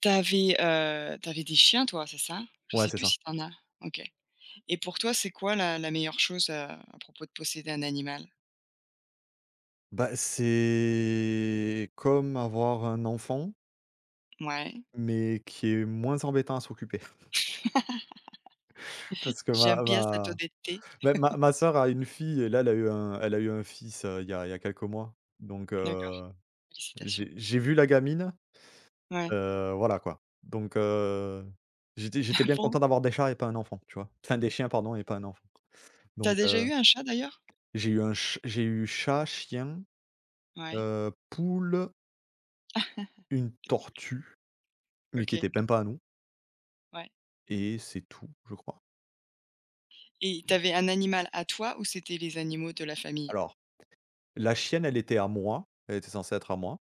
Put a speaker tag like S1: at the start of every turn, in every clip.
S1: T'avais avais, des chiens toi, c'est ça? Je
S2: Ouais,
S1: sais
S2: c'est
S1: plus
S2: ça.
S1: si t'en as? OK. Et pour toi, c'est quoi la meilleure chose, à propos de posséder un animal?
S2: Bah, c'est comme avoir un enfant,
S1: Ouais,
S2: mais qui est moins embêtant à s'occuper. Parce que
S1: j'aime
S2: ma
S1: bien cette
S2: ma
S1: honnêteté.
S2: bah, ma sœur a une fille et là, elle a eu un fils, il y a quelques mois. Donc,
S1: D'accord, félicitations.
S2: j'ai vu la gamine,
S1: Ouais.
S2: voilà, quoi. Donc, j'étais bien
S1: Bon?
S2: content d'avoir des chats et pas un enfant, tu vois? Enfin, des chiens, pardon, et pas un enfant.
S1: T'as
S2: Donc,
S1: déjà eu un chat d'ailleurs?
S2: j'ai eu chat, chien,
S1: Ouais.
S2: poule, une tortue, mais qui
S1: OK,
S2: était même pas à nous.
S1: ouais.
S2: Et c'est tout, je crois.
S1: Et t'avais un animal à toi ou c'était les animaux de la famille?
S2: Alors, la chienne, elle était à moi, elle était censée être à moi.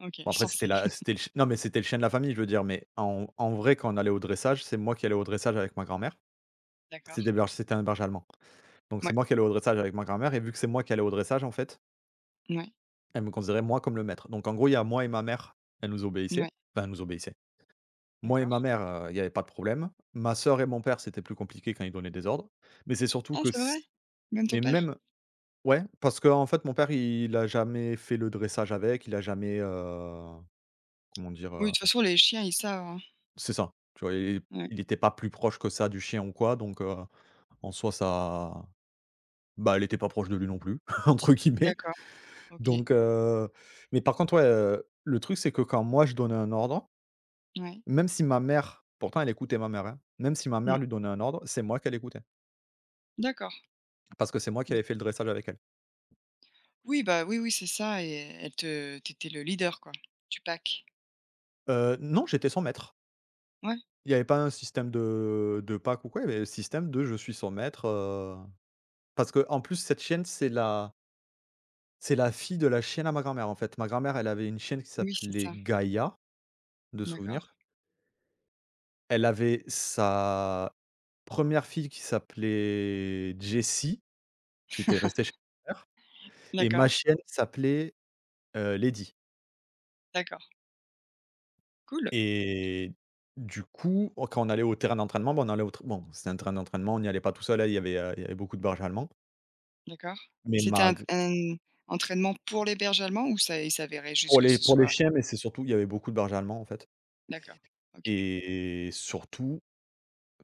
S1: OK,
S2: Bon, après, c'était
S1: censé.
S2: la c'était le ch non, mais c'était le chien de la famille, je veux dire, mais en vrai, quand on allait au dressage, c'est moi qui allais au dressage avec ma grand-mère.
S1: D'accord.
S2: C'est des berges c'était un berger allemand. Donc
S1: Ouais,
S2: c'est moi qui allais au dressage avec ma grand-mère et vu que c'est moi qui allais au dressage, en fait,
S1: ouais,
S2: elle me considérait, moi, comme le maître. Donc en gros, il y a moi et ma mère. Elle nous obéissait.
S1: ouais,
S2: Enfin, elles nous obéissait. Moi et ma
S1: d'accord.
S2: mère, il n'y avait pas de problème. Ma sœur et mon père, c'était plus compliqué quand ils donnaient des ordres. Mais c'est surtout
S1: Ah,
S2: que
S1: c'est vrai?
S2: c
S1: Même ton
S2: Mais
S1: père?
S2: même, ouais, parce que en fait, mon père, il a jamais fait le dressage avec, il a jamais, comment dire,
S1: Oui, de toute façon les chiens ils savent, hein?
S2: c'est ça, tu vois? Il
S1: Ouais,
S2: il était pas plus proche que ça du chien ou quoi, donc en soi, ça, bah, elle était pas proche de lui non plus, entre guillemets,
S1: d'accord, OK.
S2: donc mais par contre, ouais, le truc, c'est que quand moi, je donnais un ordre,
S1: Ouais.
S2: même si ma mère pourtant, elle écoutait ma mère, hein, même si ma
S1: Mmh.
S2: mère lui donnait un ordre, c'est moi qu'elle écoutait,
S1: D'accord.
S2: parce que c'est moi qui
S1: Mais
S2: avais fait le dressage avec elle.
S1: oui, bah, oui, oui, c'est ça, et elle te tu le leader, quoi, du pack.
S2: Non, j'étais son maître.
S1: Ouais,
S2: Il n'y avait pas un système de pack ou quoi? Il y avait le système de je suis son maître, parce que en plus cette chienne, c'est la fille de la chienne à ma grand-mère, en fait. Ma grand-mère, elle avait une chienne qui
S1: oui, c'est
S2: s'appelait
S1: ça.
S2: Gaïa, de
S1: D'accord,
S2: souvenir. Elle avait sa première fille qui s'appelait Jessie, qui était restée chez ma mère et ma
S1: d'accord,
S2: chienne s'appelait, Lady.
S1: d'accord. Cool,
S2: Et du coup, oh, quand on allait au terrain d'entraînement, bon on allait au tr bon, c'était un terrain d'entraînement, on n'y allait pas tout seul, hein, il y avait beaucoup de bergers allemands,
S1: d'accord.
S2: mais
S1: C'était
S2: ma...
S1: un entraînement pour les bergers allemands, ou ça il s'avérait juste
S2: Pour
S1: que
S2: les
S1: ce
S2: pour les
S1: soit.
S2: chiens, mais c'est surtout il y avait beaucoup de bergers allemands, en fait,
S1: D'accord, OK.
S2: et surtout,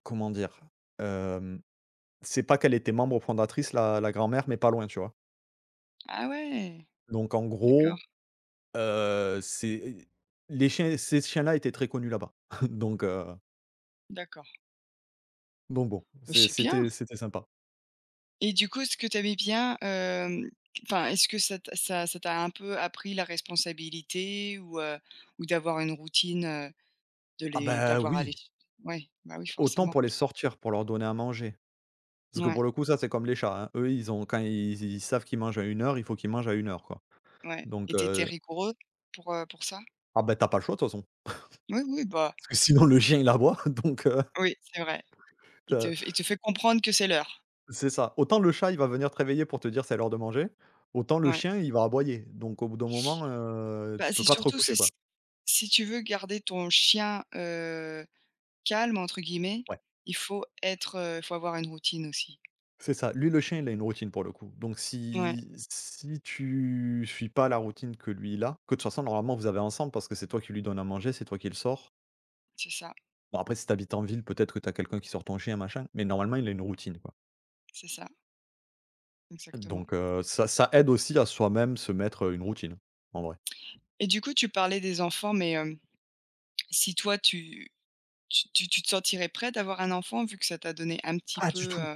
S2: comment dire? Hem, c'est pas qu'elle était membre fondatrice, la grand-mère, mais pas loin, tu vois?
S1: Ah ouais,
S2: Donc en
S1: d'accord,
S2: gros, c'est les chiens ces chiens-là étaient très connus là-bas. Donc heu,
S1: d'accord.
S2: donc bon,
S1: Bah,
S2: c'est
S1: c'est bien,
S2: c'était c'était sympa.
S1: et du coup, ce que tu aimais bien, enfin, est-ce que ça t'a un peu appris la responsabilité, ou d'avoir une routine, De
S2: Ah
S1: les
S2: bah,
S1: d'avoir à les
S2: oui,
S1: ouais, bah, oui,
S2: autant
S1: forcément.
S2: pour les sortir, pour leur donner à manger. Parce que
S1: Ouais,
S2: pour le coup, ça, c'est comme les chats, hein. Eux, ils ont quand ils savent qu'ils mangent à une heure, il faut qu'ils mangent à une heure, quoi.
S1: ouais,
S2: Donc
S1: et tu étais rigoureux pour ça?
S2: ah bah, t'as pas le choix, de toute façon.
S1: Oui, oui, bah,
S2: Parce que sinon le chien il aboie, donc
S1: oui, c'est vrai.
S2: tu
S1: Il te fait comprendre que c'est l'heure.
S2: c'est ça. Autant le chat, il va venir te réveiller pour te dire c'est l'heure de manger, autant le
S1: Ouais.
S2: chien, il va aboyer. Donc au bout d'un moment,
S1: Bah,
S2: tu
S1: c'est
S2: peux pas te
S1: surtout c'est
S2: recoucher,
S1: s
S2: quoi.
S1: si tu veux garder ton chien, «calme» entre guillemets,
S2: Ouais,
S1: il faut avoir une routine aussi.
S2: c'est ça. Lui, le chien, il a une routine pour le coup. Donc
S1: Ouais,
S2: si tu suis pas la routine que lui, il a, que de toute façon normalement vous avez ensemble parce que c'est toi qui lui donne à manger, c'est toi qui le sors.
S1: c'est ça,
S2: Bon, après, si t'habites en ville, peut-être que t'as quelqu'un qui sort ton chien machin, mais normalement il a une routine, quoi.
S1: c'est ça, exactement,
S2: Donc ça ça aide aussi à soi-même se mettre une routine, en vrai.
S1: et du coup, tu parlais des enfants, mais si toi tu te sentirais prêt d'avoir un enfant, vu que ça t'a donné un petit
S2: Pas du
S1: peu,
S2: tout!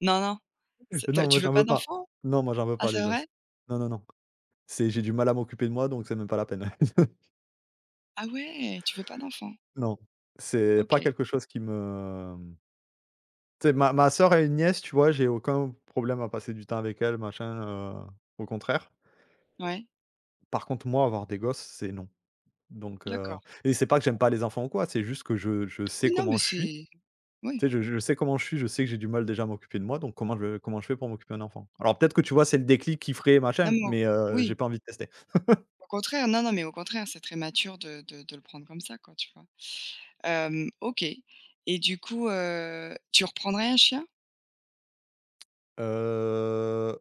S1: Non, non. C'est tu as
S2: Non, moi
S1: Tu veux
S2: j'en
S1: pas
S2: veux pas.
S1: d'enfant?
S2: Non, moi j'en veux
S1: Ah,
S2: pas des
S1: c'est vrai?
S2: gosses. Non, non, non. C'est J'ai du mal à m'occuper de moi, donc c'est même pas la peine.
S1: Ah ouais, tu veux pas d'enfant?
S2: Non, c'est pas
S1: OK.
S2: quelque chose qui me Tu sais, ma sœur et une nièce, tu vois, j'ai aucun problème à passer du temps avec elles, machin, au contraire.
S1: Ouais,
S2: Par contre, moi, avoir des gosses, c'est non. Donc
S1: d'accord.
S2: et c'est pas que j'aime
S1: Bon.
S2: pas les enfants ou quoi, c'est juste que je sais
S1: Oui, non, mais
S2: comment je suis.
S1: c'est oui.
S2: Tu sais, je sais comment je suis, je sais que j'ai du mal déjà à m'occuper de moi, donc comment je fais pour m'occuper d'un enfant? Alors peut-être que, tu vois, c'est le déclic qui ferait
S1: Non,
S2: machin,
S1: mais au
S2: mais j'ai
S1: oui,
S2: pas envie de tester.
S1: au contraire, non, non, mais au contraire, c'est très mature de le prendre comme ça, quoi, tu vois? OK, et du coup, tu reprendrais un chien?
S2: Heu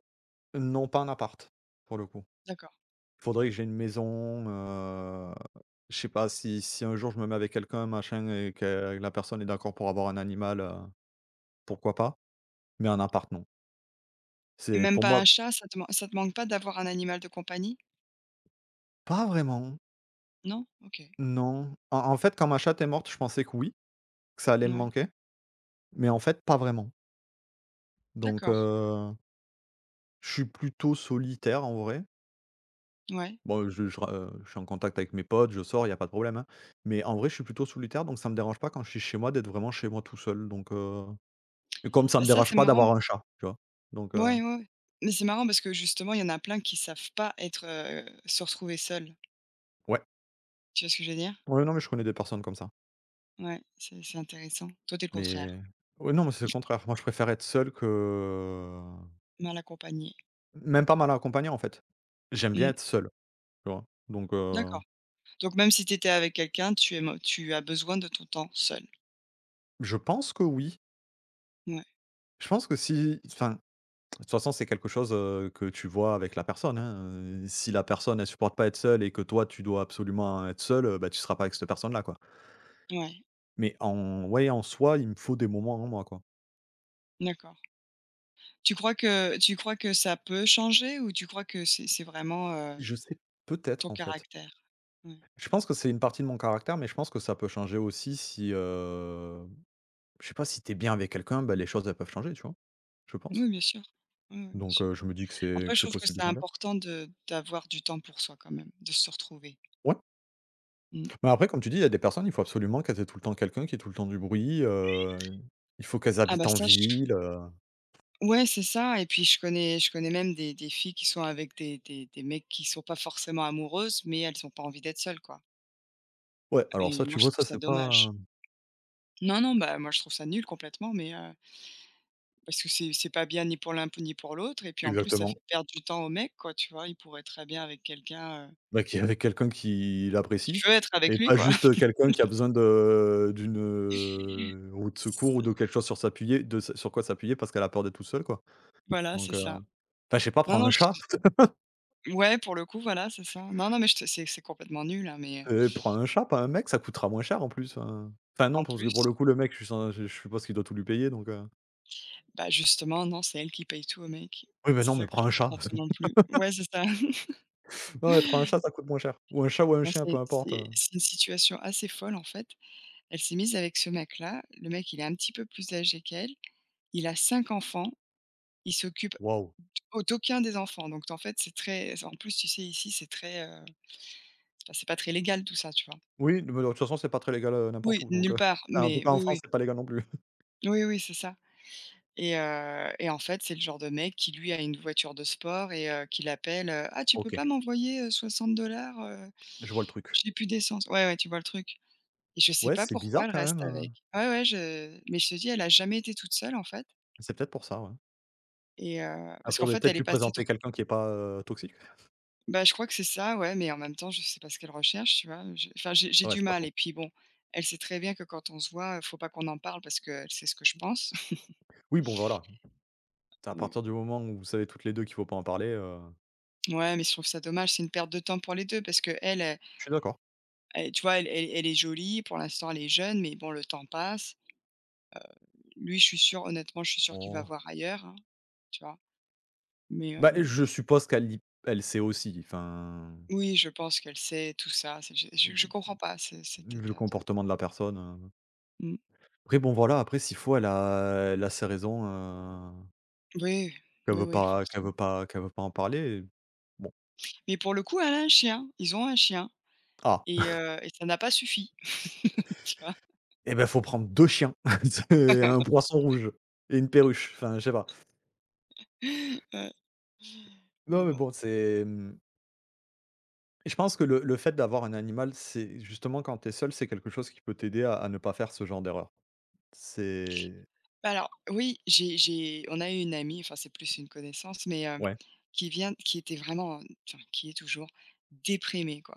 S2: Non, pas un appart, pour le coup.
S1: D'accord.
S2: Il faudrait que j'ai une maison, je sais pas, si un jour je me mets avec quelqu'un, machin, et que la personne est d'accord pour avoir un animal, pourquoi pas, mais un appart, non.
S1: Et
S2: C'est
S1: même
S2: pour
S1: pas un
S2: moi
S1: chat, ça te manque pas d'avoir un animal de compagnie?
S2: Pas vraiment,
S1: Non? OK.
S2: non. En fait, quand ma chatte est morte, je pensais que oui, que ça allait me
S1: Ouais.
S2: manquer, mais en fait, pas vraiment. Donc
S1: D'accord.
S2: je suis plutôt solitaire, en vrai.
S1: Ouais.
S2: Bon, je suis en contact avec mes potes, je sors, il y a pas de problème, hein, mais en vrai, je suis plutôt solitaire, donc ça me dérange pas quand je suis chez moi d'être vraiment chez moi tout seul, donc et comme ça
S1: Bah,
S2: me
S1: ça,
S2: dérange
S1: c'est
S2: pas
S1: marrant.
S2: d'avoir un chat, tu vois? Donc
S1: Ouais, ouais, ouais. Mais c'est marrant parce que justement, il y en a plein qui savent pas être, se retrouver seuls.
S2: ouais.
S1: Tu vois ce que je veux dire?
S2: Ouais, non, mais je connais des personnes comme ça.
S1: Ouais, c'est intéressant. Toi, t'es le contraire,
S2: Mais ouais, non, mais c'est le contraire. Moi, je préfère être seul que
S1: mal accompagné.
S2: même pas mal accompagné, en fait. J'aime bien
S1: Mmh.
S2: être seul, tu vois? Donc
S1: D'accord. Donc même si tu étais avec quelqu'un, tu as besoin de ton temps seul.
S2: je pense que oui.
S1: Ouais,
S2: Je pense que si... enfin, de toute façon, c'est quelque chose, que tu vois avec la personne, hein, si la personne, elle supporte pas être seule et que toi, tu dois absolument être seul, bah, tu seras pas avec cette personne-là, quoi.
S1: ouais,
S2: Mais en... ouais, en soi, il me faut des moments à moi, quoi.
S1: d'accord. Tu crois que ça peut changer, ou tu crois que c'est vraiment,
S2: Je sais...
S1: ton
S2: peut-être, en fait.
S1: caractère? Ouais.
S2: Je pense que c'est une partie de mon caractère, mais je pense que ça peut changer aussi si, je sais pas, si t'es bien avec quelqu'un, bah, les choses, elles peuvent changer, tu vois? Je pense.
S1: Oui, bien sûr. Oui, ouais, bien
S2: Donc
S1: sûr.
S2: je me dis que
S1: Après, je
S2: c'est
S1: trouve que
S2: possible
S1: c'est
S2: de changer.
S1: important de d'avoir du temps pour soi quand même, de se retrouver.
S2: Ouais,
S1: Mmh.
S2: mais après, comme tu dis, il y a des personnes, il faut absolument qu'elles aient tout le temps quelqu'un, qui est tout le temps du bruit, il faut qu'elles
S1: Ah
S2: habitent
S1: bah
S2: en
S1: ça, je
S2: ville.
S1: ouais, c'est ça, et puis je connais même des filles qui sont avec des mecs, qui sont pas forcément amoureuses, mais elles ont pas envie d'être seules, quoi,
S2: Ouais, alors
S1: et
S2: ça,
S1: moi,
S2: tu
S1: je
S2: vois,
S1: trouve
S2: ça,
S1: ça
S2: c'est
S1: dommage.
S2: pas...
S1: Non, non, bah, moi, je trouve ça nul complètement, mais parce que c'est pas bien ni pour l'un ni pour l'autre, et puis, en plus, ça
S2: exactement.
S1: fait perdre du temps au mec, quoi, tu vois? Il pourrait très bien avec quelqu'un,
S2: Bah, qu'il y avait quelqu'un qui
S1: qui
S2: l'apprécie
S1: veut être avec
S2: et
S1: lui,
S2: pas
S1: quoi.
S2: juste quelqu'un qui a besoin de d'une, roue de secours ou
S1: C'est
S2: de quelque chose, sur quoi s'appuyer parce qu'elle a peur d'être toute seule, quoi.
S1: Voilà, c'est
S2: Donc,
S1: ça.
S2: enfin, je sais pas,
S1: Non, non, je ouais, pour le coup, voilà, c'est ça. Non, non, mais je te c'est complètement nul, hein, mais,
S2: prends un chat, pas un mec, ça coûtera moins cher en plus, enfin... enfin
S1: en
S2: non, parce que pour
S1: plus.
S2: le coup, le mec, je suis sen je suppose qu'il doit tout lui payer donc
S1: Bah, justement, non, c'est elle qui paye tout au mec.
S2: oui, bah
S1: C'est
S2: non,
S1: ça
S2: mais
S1: que je
S2: prends un chat.
S1: comprends pas non plus. Ouais, c'est ça.
S2: Ouais, ouais, prends un chat, ça coûte moins cher. Ou un chat ou un
S1: Non,
S2: chien, peu
S1: c'est
S2: importe,
S1: c'est
S2: heu.
S1: c'est une situation assez folle, en fait. Elle s'est mise avec ce mec-là. Le mec, il est un petit peu plus âgé qu'elle. Il a 5 enfants. Il s'occupe
S2: Waouh!
S1: au d'aucun des enfants. Donc en fait, c'est très en plus, tu sais, ici, c'est très, enfin, c'est pas très légal tout ça, tu vois?
S2: Oui, mais de toute façon, c'est pas très légal, n'importe
S1: Oui,
S2: où, donc
S1: nulle part,
S2: enfin, en tout
S1: mais
S2: cas, en
S1: oui, oui.
S2: France, c'est pas légal non plus.
S1: Oui, oui, c'est ça, et en fait, c'est le genre de mec qui, lui, a une voiture de sport, qui l'appelle: «Ah, tu peux
S2: OK,
S1: pas m'envoyer, 60 heu?»
S2: je vois le truc.
S1: J'ai plus d'essence. Ouais, ouais, tu vois le truc, et je sais
S2: Ouais,
S1: pas
S2: c'est
S1: pourquoi
S2: bizarre
S1: elle
S2: quand
S1: reste
S2: même,
S1: avec. Ouais, ouais, je mais je te dis, elle a jamais été toute seule, en fait,
S2: c'est peut-être pour ça, ouais. Ah,
S1: parce qu'en
S2: faudrait
S1: fait, elle
S2: peut-être
S1: est
S2: lui
S1: passée trop
S2: présenter quelqu'un qui est pas, toxique.
S1: bah, je crois que c'est ça, ouais, mais en même temps, je sais pas ce qu'elle recherche, tu vois? Je Enfin, j'ai
S2: Ouais,
S1: du
S2: c'est pas
S1: mal, et
S2: faux.
S1: puis bon, elle sait très bien que quand on se voit, faut pas qu'on en parle, parce qu'elle sait ce que je pense.
S2: Oui, bon, voilà, à partir
S1: et
S2: du moment où vous savez toutes les 2 qu'il faut pas en parler,
S1: ouais, mais je trouve ça dommage, c'est une perte de temps pour les deux, parce que elle
S2: je suis d'accord.
S1: tu vois, elle est jolie, pour l'instant, elle est jeune, mais bon, le temps passe. Lui, je suis sûre, honnêtement, je suis sûre qu'il va
S2: On
S1: voir ailleurs, hein, tu vois? Mais
S2: Bah,
S1: hem
S2: je suppose qu'elle y elle sait aussi, enfin,
S1: oui, je pense qu'elle sait tout ça, c'est je comprends pas ce cet
S2: vu le
S1: état de.
S2: comportement de la personne.
S1: Mmh.
S2: Après, bon, voilà, après, s'il faut, elle a ses raisons,
S1: Oui,
S2: qu'elle
S1: oui,
S2: veut
S1: oui,
S2: pas... qu'elle
S1: forcément. Mmh.
S2: veut pas qu'elle veut pas en parler. Bon,
S1: Mais pour le coup, elle a un chien, ils ont un chien,
S2: ah,
S1: et ça n'a pas suffi, tu vois?
S2: et ben, faut prendre 2 chiens, c'est un poisson rouge et une perruche, enfin je sais pas.
S1: Ouais, mais
S2: Non, mais
S1: bon.
S2: bon, c'est je pense que le fait d'avoir un animal, c'est justement quand t'es seul, c'est quelque chose qui peut t'aider à ne pas faire ce genre d'erreur. C'est
S1: Alors oui, j'ai on a eu une amie, enfin, c'est plus une connaissance, mais
S2: Ouais.
S1: qui était vraiment, enfin, qui est toujours déprimée, quoi,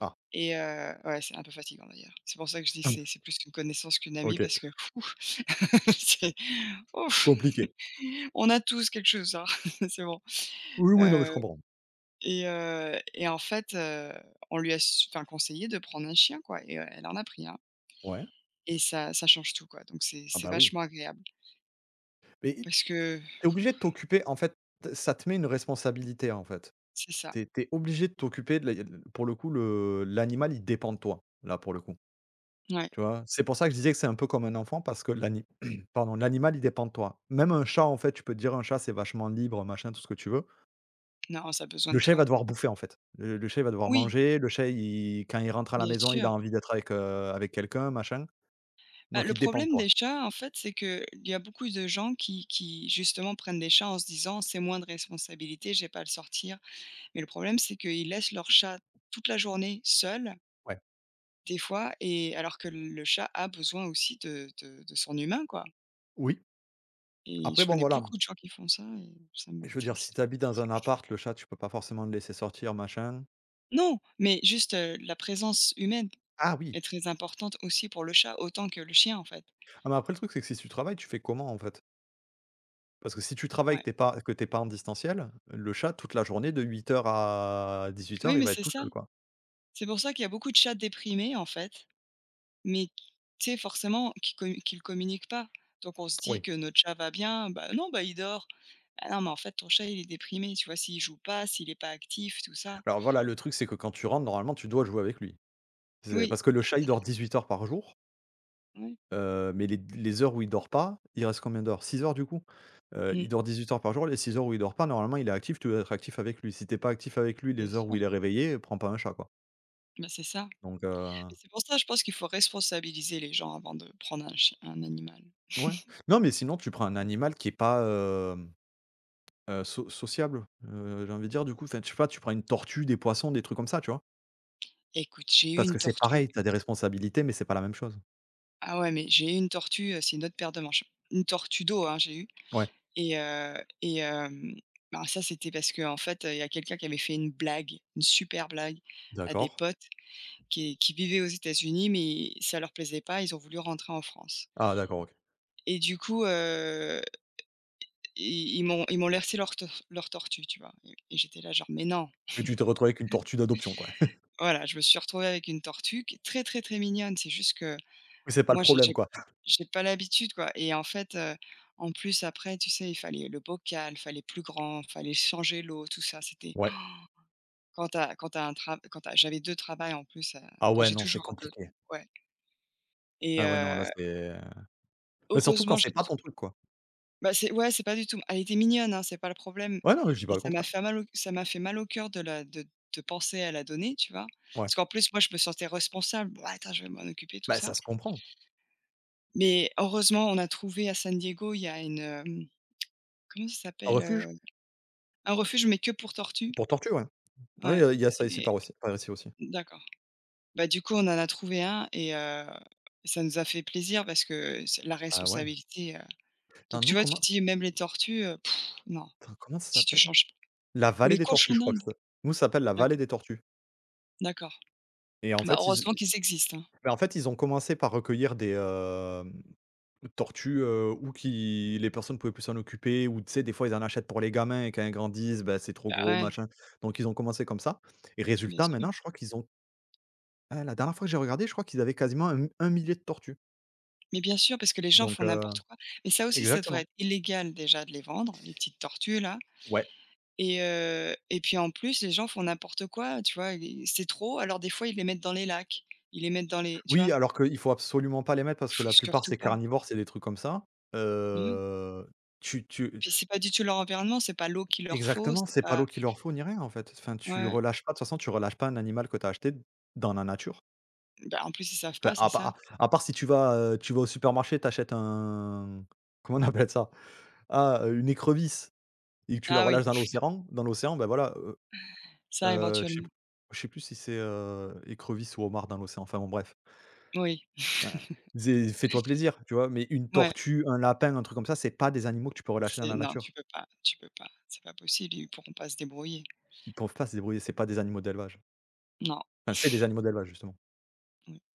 S2: Ah,
S1: ouais, c'est un peu fatigant d'ailleurs. C'est pour ça que je dis que c'est plus une connaissance qu'une amie
S2: OK,
S1: parce que, ouf, c'est, ouf!
S2: compliqué.
S1: On a tous quelque chose, hein, c'est bon.
S2: Oui, oui, non, mais
S1: Heu
S2: je comprends.
S1: et en fait, on lui a su enfin conseillé de prendre un chien quoi, elle en a pris un,
S2: Ouais.
S1: et ça change tout, quoi. Donc c'est
S2: Ah
S1: c'est
S2: bah oui,
S1: vachement agréable,
S2: mais
S1: parce que
S2: t'es
S1: ouf,
S2: obligé de t'occuper en fait, ça te met une responsabilité, en fait.
S1: c'est ça.
S2: T'es es obligé de t'occuper de la pour le coup, le l'animal, il dépend de toi, là, pour le coup,
S1: Ouais.
S2: tu vois? C'est pour ça que je disais que c'est un peu comme un enfant parce que l'ani pardon, l'animal, il dépend de toi. Même un chat, en fait, tu peux te dire: «Un chat, c'est vachement libre, machin, tout ce que tu veux».
S1: Non, ça a besoin
S2: Le
S1: de
S2: chat, il va
S1: toi.
S2: devoir bouffer, en fait. Le chat, il va devoir
S1: Oui,
S2: manger, le chat, il quand il rentre à la
S1: bien
S2: maison, il
S1: sûr.
S2: a envie d'être avec, avec quelqu'un, machin,
S1: Bah,
S2: donc
S1: le
S2: il dépend de
S1: problème des
S2: toi.
S1: chats, en fait, c'est qu'il y a beaucoup de gens qui justement prennent des chats en se disant: «C'est moins de responsabilité, j'ai pas à le sortir». Mais le problème, c'est qu'ils laissent leur chat toute la journée seul.
S2: Ouais.
S1: Des fois, et alors que le chat a besoin aussi de de son humain, quoi,
S2: Oui,
S1: et
S2: après
S1: je
S2: bon,
S1: connais
S2: voilà.
S1: beaucoup de gens qui font ça, et ça
S2: Je veux dire, si
S1: m'attriste.
S2: t'habites dans un appart, le chat, tu peux pas forcément le laisser sortir, machin.
S1: Non, mais juste, la présence humaine
S2: Ah oui!
S1: est très importante aussi pour le chat, autant que le chien, en fait.
S2: Ah mais après le truc, c'est que si tu travailles, tu fais comment, en fait? Parce que si tu travailles
S1: Ouais.
S2: que t'es pas en distanciel, le chat, toute la journée de huit heures à dix-huit
S1: Oui,
S2: heures, il
S1: mais
S2: va être
S1: c'est
S2: tout
S1: ça.
S2: seul, quoi.
S1: C'est pour ça qu'il y a beaucoup de chats déprimés, en fait, mais qui tu sais, forcément, qui commu qu'ils ne communiquent pas. Donc on se dit
S2: Oui.
S1: que notre chat va bien, bah, non, bah, il dort. Ah non, mais en fait, ton chat, il est déprimé, tu vois? S'il joue pas, s'il est pas actif, tout ça.
S2: Alors voilà, le truc, c'est que quand tu rentres, normalement, tu dois jouer avec lui. C'est
S1: Oui,
S2: parce que le chat, il dort 18 heures par jour,
S1: oui.
S2: mais les heures où il dort pas, il reste combien d'heures? 6 heures, du coup? Il dort
S1: Mmh,
S2: 18 heures par jour, les 6 heures où il dort pas, normalement, il est actif, tu dois être actif avec lui. Si t'es pas actif avec lui
S1: bien
S2: les heures
S1: sûr.
S2: où il est réveillé, prends pas un chat, quoi.
S1: Ben c'est ça.
S2: Donc heu
S1: Mais c'est pour ça, je pense qu'il faut responsabiliser les gens avant de prendre un animal.
S2: Ouais. Non, mais sinon tu prends un animal qui est pas, hem, sociable, j'ai envie de dire du coup, enfin, je sais pas, tu prends une tortue, des poissons, des trucs comme ça, tu vois?
S1: Écoute, j'ai eu
S2: Parce
S1: une
S2: que c'est
S1: tortue.
S2: pareil, tu as des responsabilités, mais c'est pas la même chose.
S1: Ah ouais, mais j'ai eu une tortue, c'est une autre paire de manches. Une tortue d'eau, hein, j'ai eu,
S2: Ouais,
S1: et heu et hem, ben, ça, c'était parce que en fait, il y a quelqu'un qui avait fait une blague, une super blague à des
S2: d'accord.
S1: potes qui vivaient aux États-Unis, mais ça leur plaisait pas, ils ont voulu rentrer en France,
S2: Ah d'accord, OK.
S1: et du coup, ils m'ont laissé leur tortue, tu vois? Et j'étais là genre: «Mais non».
S2: Mais tu t'es retrouvé avec une tortue d'adoption, quoi.
S1: Voilà, je me suis retrouvée avec une tortue qui est très, très, très mignonne. C'est juste que
S2: C'est pas le
S1: moi, j'ai
S2: problème,
S1: j'ai
S2: quoi.
S1: j'ai pas l'habitude, quoi, et en fait, en plus, après, tu sais, il fallait le bocal, il fallait plus grand, il fallait changer l'eau, tout ça, c'était,
S2: Ouais.
S1: quand t'as un tra quand t'as j'avais 2 travails en plus,
S2: Ah
S1: enfin,
S2: ouais,
S1: j'ai
S2: non, c'est
S1: toujours un peu,
S2: compliqué.
S1: ouais, et
S2: Ah ouais, non, là,
S1: heu,
S2: c'est bah, surtout quand
S1: heureusement,
S2: c'est
S1: j'ai
S2: pas
S1: tout,
S2: ton truc, quoi.
S1: bah, c'est, ouais, c'est pas du tout, elle était mignonne, hein, c'est pas le problème,
S2: Ouais, non, mais je dis
S1: et
S2: pas le
S1: ça m'a
S2: contraire.
S1: fait mal au, ça m'a fait mal au cœur de la de penser à la donner, tu vois?
S2: Ouais.
S1: Parce qu'en plus, moi, je me sentais responsable. «Ouais, attends, je vais m'en occuper, tout
S2: Bah,
S1: ça».
S2: ça se comprend.
S1: Mais heureusement, on a trouvé à San Diego, il y a une, comment ça
S2: Un
S1: s'appelle,
S2: refuge
S1: heu? Un refuge, mais que pour tortues.
S2: pour tortue, ouais. Ouais, il
S1: Ouais,
S2: y a ça ici
S1: et
S2: par aussi par ici aussi.
S1: d'accord. Bah, du coup, on en a trouvé un, et ça nous a fait plaisir parce que c'est la
S2: Ah ouais.
S1: responsabilité, donc
S2: Attends,
S1: tu
S2: nous,
S1: vois, tu
S2: comment
S1: dis même les tortues, non,
S2: attends, comment ça
S1: si tu
S2: s'appelle?
S1: changes pas,
S2: La
S1: ou
S2: vallée
S1: les
S2: des tortues,
S1: cochons
S2: je crois que
S1: d'Inde.
S2: ça, nous, ça s'appelle la vallée
S1: D'accord,
S2: des tortues.
S1: d'accord.
S2: Et en
S1: Bah,
S2: fait, ils
S1: heureusement qu'ils existent, hein.
S2: bah, en fait, ils ont commencé par recueillir des, tortues, ou qui les personnes ne pouvaient plus s'en occuper, ou tu sais, des fois, ils en achètent pour les gamins et quand ils grandissent, bah, c'est trop
S1: Bah,
S2: gros,
S1: ouais,
S2: machin. Donc ils ont commencé comme ça et
S1: bien
S2: résultat,
S1: sûr.
S2: maintenant, je crois qu'ils ont, ah, la dernière fois que j'ai regardé, je crois qu'ils avaient quasiment un 1 millier de tortues.
S1: Mais bien sûr, parce que les gens font
S2: Donc.
S1: n'importe quoi. Mais ça aussi, ça devrait
S2: Exactement.
S1: être illégal déjà de les vendre, les petites tortues là.
S2: Ouais.
S1: Et puis en plus, les gens font n'importe quoi, tu vois? Ils C'est trop, alors des fois, ils les mettent dans les lacs, ils les mettent dans les tu vois?
S2: Oui, alors qu'il faut absolument pas les mettre parce que
S1: Faut
S2: la plupart,
S1: surtout
S2: c'est
S1: pas.
S2: carnivore, c'est des trucs comme ça.
S1: Oui,
S2: Heu, tu tu
S1: puis c'est pas du tout leur environnement, c'est pas l'eau qu'il leur faut,
S2: Exactement,
S1: c'est
S2: c'est pas
S1: pas,
S2: l'eau qu'il leur faut ni rien en fait. Enfin, tu
S1: ouais,
S2: relâches pas de toute façon, tu relâches pas un animal que tu as acheté dans la nature.
S1: bah, en plus, ils savent pas,
S2: Enfin,
S1: c'est
S2: à
S1: ça.
S2: part à part si tu vas, tu vas au supermarché, tu achètes un, comment on appelle ça? Ah, une écrevisse et que tu la
S1: Ah oui,
S2: relâches dans l'océan, ben voilà,
S1: ça
S2: heu, je sais
S1: éventuellement.
S2: je sais plus si c'est, écrevisse ou homard dans l'océan, enfin bon bref.
S1: Oui,
S2: Enfin, c'est fais-toi plaisir, tu vois? Mais une
S1: ouais,
S2: tortue, un lapin, un truc comme ça, c'est pas des animaux que tu peux relâcher dans
S1: c'est
S2: la
S1: non,
S2: nature.
S1: tu peux pas, c'est pas possible, ils pourront pas se débrouiller.
S2: Ils peuvent pas se débrouiller, c'est pas des animaux d'élevage.
S1: Non,
S2: Enfin, c'est des animaux d'élevage justement.
S1: oui.